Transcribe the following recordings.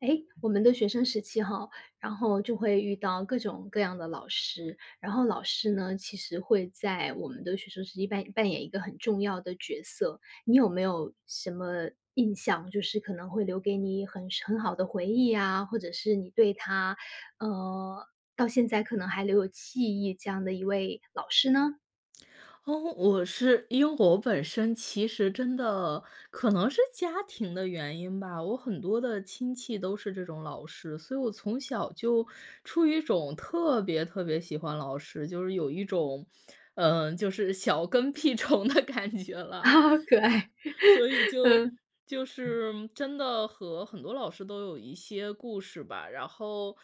诶，我们的学生时期哈，然后就会遇到各种各样的老师，然后老师呢，其实会在我们的学生时期扮演一个很重要的角色。你有没有什么印象，就是可能会留给你很好的回忆啊，或者是你对他，呃，到现在可能还留有记忆这样的一位老师呢？哦，我是因为我本身其实真的可能是家庭的原因吧，我很多的亲戚都是这种老师，所以我从小就出于一种特别特别喜欢老师，就是有一种，就是小跟屁虫的感觉 了。好可爱，所以 就嗯，就是嗯真的和很多老师都有一些故事吧。然后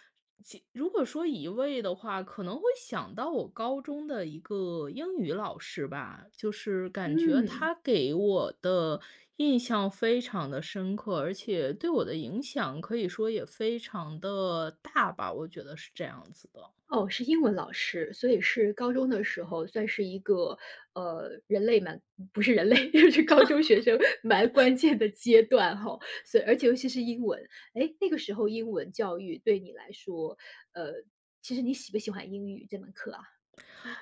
如果说一位的话，可能会想到我高中的一个英语老师吧，就是感觉嗯。他给我的印象非常的深刻，而且对我的影响可以说也非常的大吧，我觉得是这样子的。哦，是英文老师，所以是高中的时候算是一个，人类蛮不是人类，就是高中学生蛮关键的阶段哈。所以而且尤其是英文，哎，那个时候英文教育对你来说，呃，其实你喜不喜欢英语这门课啊？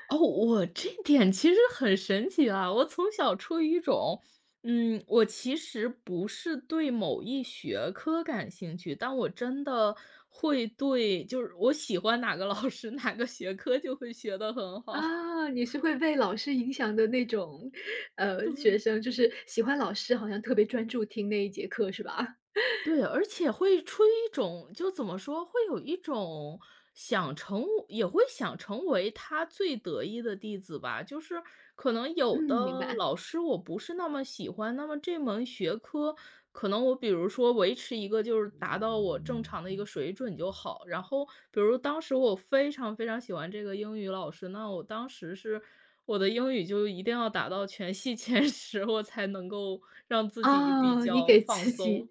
哦，我这点其实很神奇啊！我从小处于一种，我其实不是对某一学科感兴趣，但我真的会对就是我喜欢哪个老师，哪个学科就会学得很好，啊，你是会被老师影响的那种，学对。生，就是喜欢老师好像特别专注听那一节课是吧？对，而且会出于一种就怎么说，会有一种也会想成为他最得意的弟子吧。就是可能有嗯，明的白。老师我不是那么喜欢，那么这门学科，可能我比如说维持一个就是达到我正常的一个水准就好。然后比如当时我非常非常喜欢这个英语老师，那我当时是我的英语就一定要达到全系前10，我才能够让自己比啊，你较给放自己松。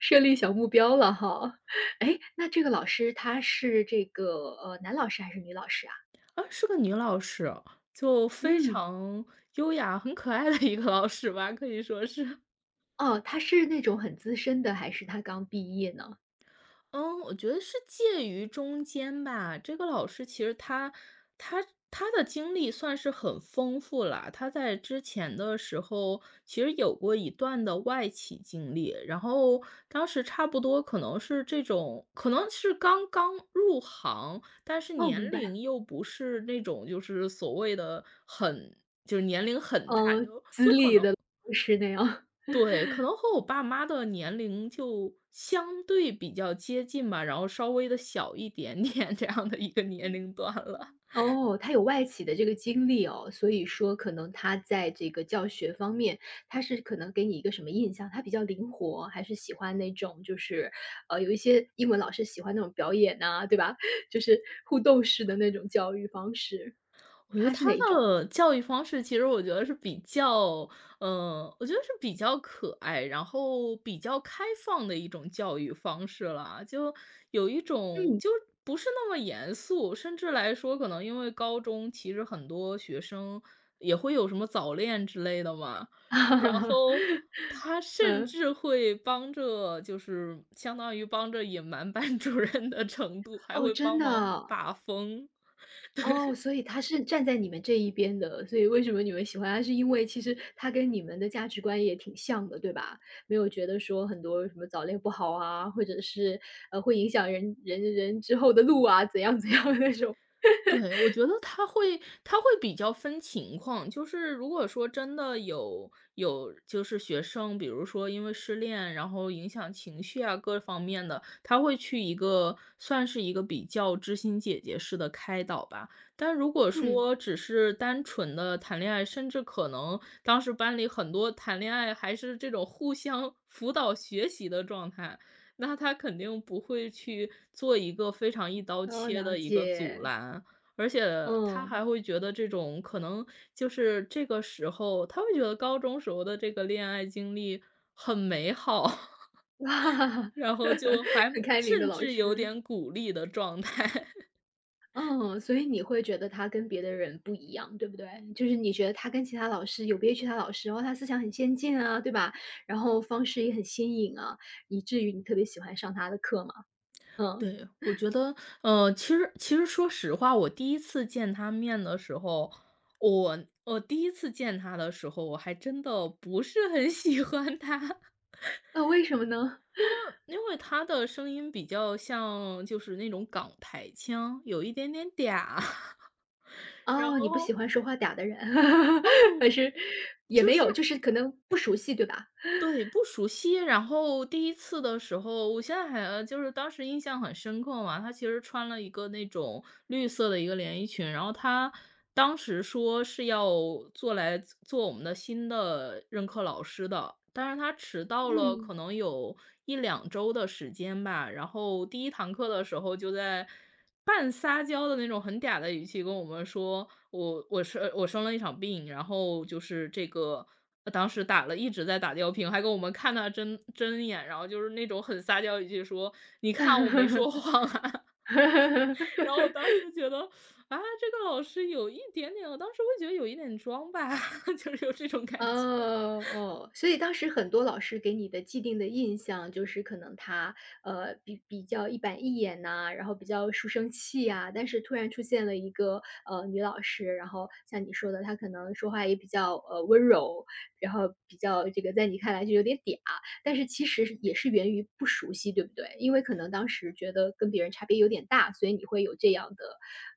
设立小目标了哈。哎，那这个老师他是这个，男老师还是女老师啊？啊，是个女老师，就非嗯。常优雅、很可爱的一个老师吧，可以说是。哦，他是那种很资深的，还是他刚毕业呢？嗯，我觉得是介于中间吧。这个老师其实他他的经历算是很丰富了。他在之前的时候其实有过一段的外企经历，然后当时差不多可能是这种，可能是刚刚入行，但是哦，明年白，龄又不是那种就是所谓的很。就是年龄很大，就资就可历能的不是那样。对，可能和我爸妈的年龄就相对比较接近吧，然后稍微的小一点点这样的一个年龄段了。哦，他有外企的这个经历哦，所以说可能他在这个教学方面，他是可能给你一个什么印象？他比较灵活，还是喜欢那种就是，有一些英文老师喜欢那种表演呐、对吧？就是互动式的那种教育方式，我觉得他是他哪一种？的教育方式，其实我觉得是比较，我觉得是比较可爱，然后比较开放的一种教育方式啦。就有一种嗯，就不是那么严肃，甚至来说，可能因为高中其实很多学生也会有什么早恋之类的嘛，然后他 甚嗯，至会帮着，就是相当于帮着隐瞒 班主任的程度，还哦，会真帮的。忙把风。哦，所以他是站在你们这一边的，所以为什么你们喜欢他，是因为其实他跟你们的价值观也挺像的，对吧？没有觉得说很多什么早恋不好啊，或者是，会影响人之后的路啊，怎样怎样的那种。对，我觉得他会比较分情况，就是如果说真的有就是学生，比如说因为失恋，然后影响情绪啊各方面的，他会去一个算是一个比较知心姐姐式的开导吧。但如果嗯。说只是单纯的谈恋爱，甚至可能当时班里很多谈恋爱还是这种互相 辅导学习的状态，那他肯定不会去做一个非常一刀哦，切了的一个阻解，拦。而且他嗯，还会觉得这种可能就是这个时候，他会觉得高中时候的这个恋爱经历很美好，哇，然后就还很开明的甚老至有师。点鼓励的状态。嗯，所以你会觉得他跟别的人不一样，对不对？就是你觉得他跟其他老师有别于其他老师，然后他思想很先进啊，对吧？然后方式也很新颖啊，以至于你特别喜欢上他的课嘛？嗯，对，我觉得，其实说实话，我第一次见他面的时候，我我第一次见他的时候，我还真的不是很 喜欢他，那为什么呢？因为他的声音比较像就是那种港台腔，有一点点嗲。然哦，你不喜后，欢说话嗲的人，哦，还是也就没是有，就是可能不熟悉，对吧？对，不熟悉。然后第一次的时候，我现在还就是当时印象很深刻嘛，她其实穿了一个那种绿色的一个连衣裙，然后她当时说是要来做我们的新的任课老师的，但是她迟到了嗯。可能有一两周的时间吧。然后第一堂课的时候就在半撒娇的那种很嗲的语气跟我们说，我生了一场病，然后就是这个当时一直在打吊瓶，还跟我们看他针眼，然后就是那种很撒娇语气说：“你看我没说谎啊。然后我当时觉得，啊，这个老师有一点点，我当时会觉得有一点装吧，就是有这种感哦觉。哦，所以当时很多老师给你的既定的印象就是可能他，比较一板一眼呐，然后比较书生气啊。但是突然出现了一个，女老师，然后像你说的，她可能说话也比较，温柔，然后比较这个在你看来就有点嗲，但是其实是也是源于不熟悉，对不对？因为可能当时觉得跟别人差别有点大，所以你会有这样的，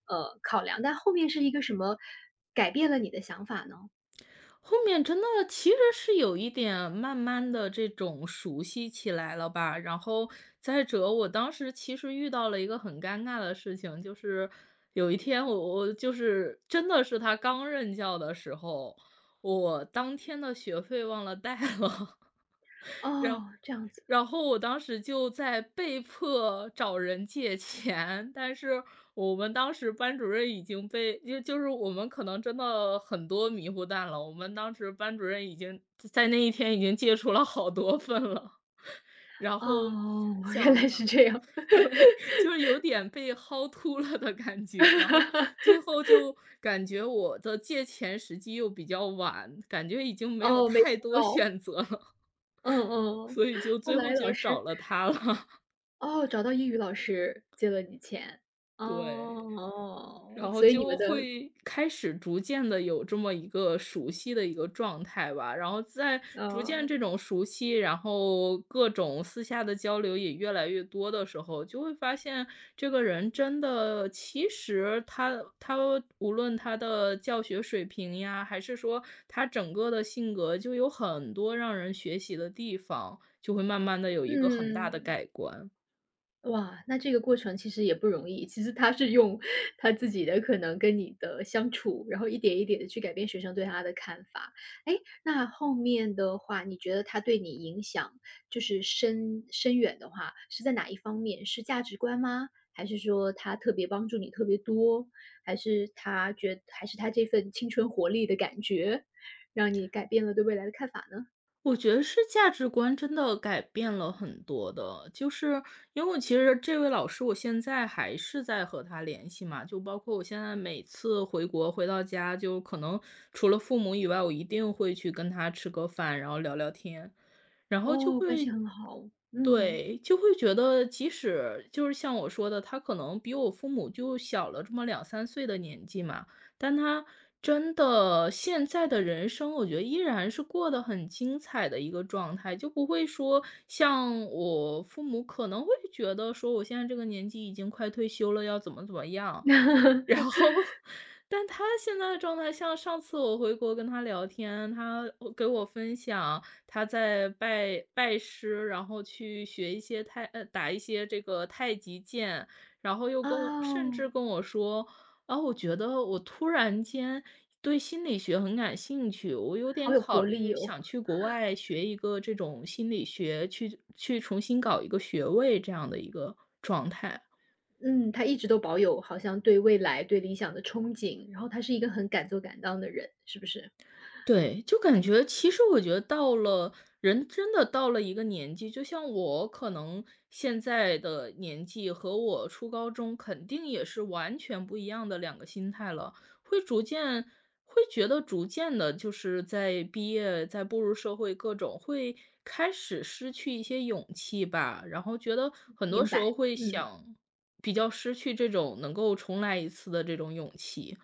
考量，但后面是一个什么改变了你的想法呢？后面真的其实是有一点慢慢的这种熟悉起来了吧。然后再者，我当时其实遇到了一个很尴尬的事情，就是有一天我就是真的是他刚任教的时候，我当天的学费忘了带了，然后。哦，这样子。然后我当时就在被迫找人借钱，但是我们当时班主任已经就是我们可能真的很多迷糊蛋了，我们当时班主任已经在那一天已经借出了好多份了，然哦，后 哦原想来是着 这样。对，就是有点被薅秃了的感觉，然后最后就感觉我的借钱时机又比较晚，感觉已经没有哦，没太想多到，选择了，嗯嗯。所以就后最后来其老实找师了他了。哦，找到英语老师借了你钱。对，哦，哦然后所以你就们的会开始逐渐的有这么一个熟悉的一个状态吧，然后在逐渐哦，这种熟悉，然后各种私下的交流也越来越多的时候，就会发现这个人真的其实他无论他的教学水平呀，还是说他整个的性格，就有很多让人学习的地方，就会慢慢的有一个很大的嗯。改观。哇，那这个过程其实也不容易。其实他是用他自己的可能跟你的相处，然后一点一点的去改变学生对他的看法。哎，那后面的话，你觉得他对你影响就是深远的话，是在哪一方面？是价值观吗？还是说他特别帮助你特别多？还是他这份青春活力的感觉，让你改变了对未来的看法呢？我觉得是价值观真的改变了很多的，就是因为我其实这位老师，我现在还是在和他联系嘛，就包括我现在每次回国回到家，就可能除了父母以外，我一定会去跟他吃个饭，然后聊聊天，然后就哦，关系会很好，嗯。对，就会觉得即使就是像我说的，他可能比我父母就小了这么两三岁的年纪嘛，但他真的现在的人生，我觉得依然是过得很精彩的一个状态，就不会说像我父母可能会觉得说我现在这个年纪已经快退休了，要怎么怎么样。然 后，但他现在的状态像上次我回国跟他聊天，他给我分享他在拜师，然后去学一些打一些这个太极剑，然后又跟我甚至哦。跟我说，啊，我觉得我突然间对心理学很感兴趣，我有好点有活考力虑哦。想去国外学一个这种心理学，去重新搞一个学位这样的一个状态。嗯，他一直都保有好像对未来、对理想的憧憬，然后他是一个很敢做敢当的人，是不是？对，就感觉其实我觉得人真的到了一个年纪，就像我可能现在的年纪和我初高中肯定也是完全不一样的两个心态了，会逐渐会觉得逐渐的，就是在毕业，在步入社会各种会开始失去一些勇气吧，然后觉得很多明时候白，会嗯，想比较失去这种能够重来一次的这种勇气。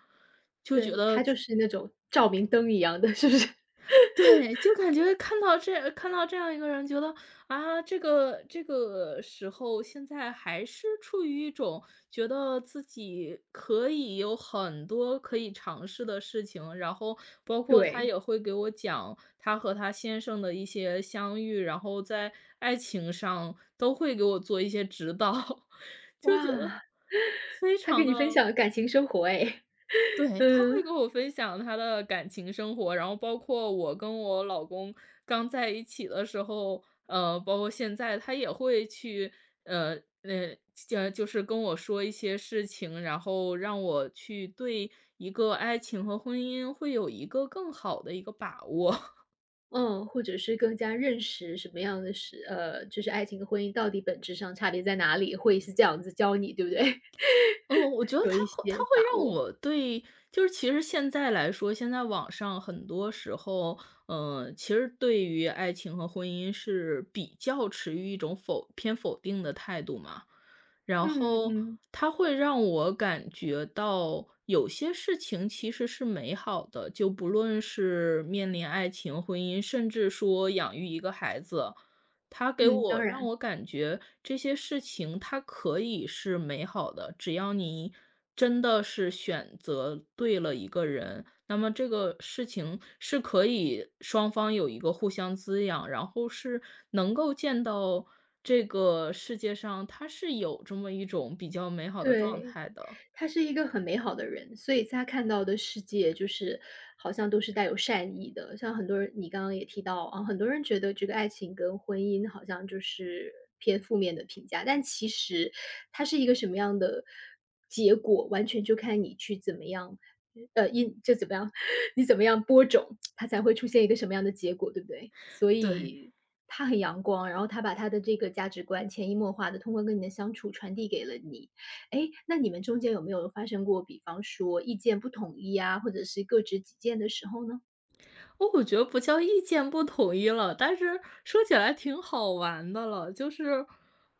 就觉对，他得就是那种照明灯一样的，是不是？对，就感觉看到这样一个人，觉得啊，这个时候现在还是处于一种觉得自己可以有很多可以尝试的事情，然后包括他对，也会给我讲他和他先生的一些相遇，然后在爱情上都会给我做一些指导，就觉得哇，非他跟常你分的。享感情生活哎，对，他嗯会跟我分享他的感情生活，然后包括我跟我老公刚在一起的时候，包括现在，他也会去，呃，呃，就是跟我说一些事情，然后让我去对一个爱情和婚姻会有一个更好的一个把握。嗯，或者是更加认识什么样的是就是爱情和婚姻到底本质上差别在哪里，会是这样子教你，对不对？嗯，我觉得有他一会他些会把让握，我对就是其实现在来说，现在网上很多时候，其实对于爱情和婚姻是比较持于一种偏否定的态度嘛。然嗯后嗯他会让我感觉到有些事情其实是美好的，就不论是面临爱情、婚姻，甚至说养育一个孩子。他给嗯，当我让然，我感觉这些事情它可以是美好的，只要你真的是选择对了一个人，那么这个事情是可以双方有一个互相滋养，然后是能够见到这个世界上它是有这么一种比较美好的状对。态的。他是一个很美好的人，所以他看到的世界就是好像都是带有善意的。像很多人，你刚刚也提到啊，很多人觉得这个爱情跟婚姻好像就是偏负面的评价，但其实它是一个什么样的结果，完全就看你去怎么样，怎么样，你怎么样播种，它才会出现一个什么样的结果，对不对？所对。以他很阳光，然后他把他的这个价值观潜移默化的通过跟你的相处传递给了你。哎，那你们中间有没有发生过，比方说意见不统一啊，或者是各执己见的时候呢？哦，我觉得不叫意见不统一了，但是说起来挺好玩的了。就是，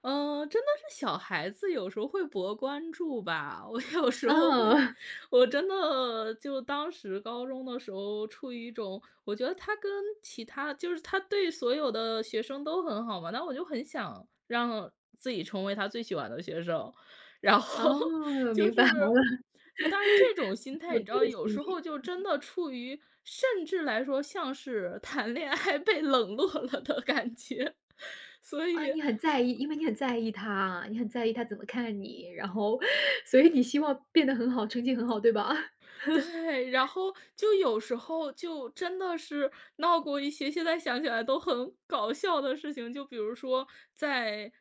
真的是小孩子有时候会博关注吧。我有时候会，嗯，我真的就当时高中的时候，处于一种我觉得他跟其他就是他对所有的学生都很好嘛，那我就很想让自己成为他最喜欢的学生。然 后 哦，就明白是，了。但是这种心态，特你知别道，的有心时理。候就真的处于甚至来说像是谈恋爱被冷落了的感觉。所啊，以你很在意，因为你很在意他，你很在意他怎么看你，然后所以你希望变得很好，成绩很好，对吧？对，然后就有时候就真的是闹过一些现在想起来都很搞笑的事情，就比如说在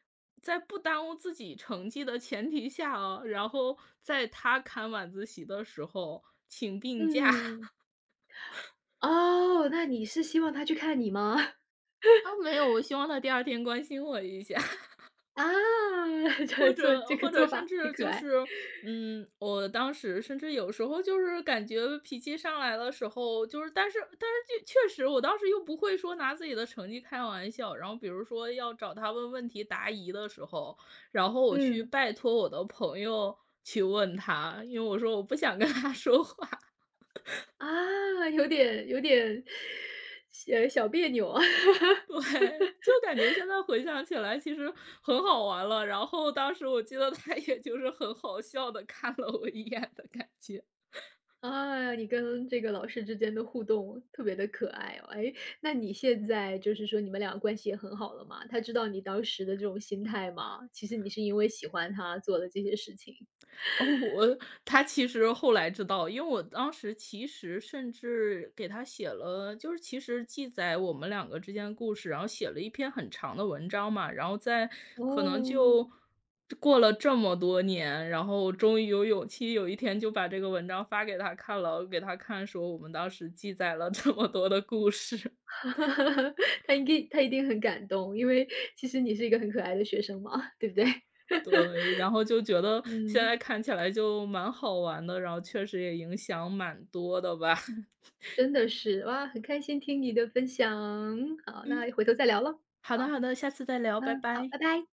在不耽误自己成绩的前提下啊，然后在他看晚自习的时候请病假。嗯。哦，那你是希望他去看你吗？啊，没有，我希望他第二天关心我一下，啊，或这做这者个或者做甚法挺至可就爱。是，我当时甚至有时候就是感觉脾气上来的时候，就是但是就确实我当时又不会说拿自己的成绩开玩笑，然后比如说要找他问问题答疑的时候，然后我去嗯。拜托我的朋友去问他，因为我说我不想跟他说话。啊，有点有点小小别扭啊。对，就感觉现在回想起来其实很好玩了，然后当时我记得他也就是很好笑的看了我一眼的感觉。啊，你跟这个老师之间的互动特别的可爱哦。哎，那你现在就是说你们俩关系也很好了吗？他知道你当时的这种心态吗？其实你是因为喜欢他做的这些事情。哦，他其实后来知道，因为我当时其实甚至给他写了，就是其实记载我们两个之间的故事，然后写了一篇很长的文章嘛，然后在可能哦，就过了这么多年，然后终于有勇气有一天就把这个文章发给他看了，给他看说我们当时记载了这么多的故事。他应该他一定很感动，因为其实你是一个很可爱的学生嘛，对不对？对，然后就觉得现嗯，在看起来就蛮好玩的，然后确实也影响蛮多的吧。真的是，哇，很开心听你的分享，好，嗯。那回头再聊喽。好的，好，好的，下次再聊，拜嗯，好，拜。拜拜。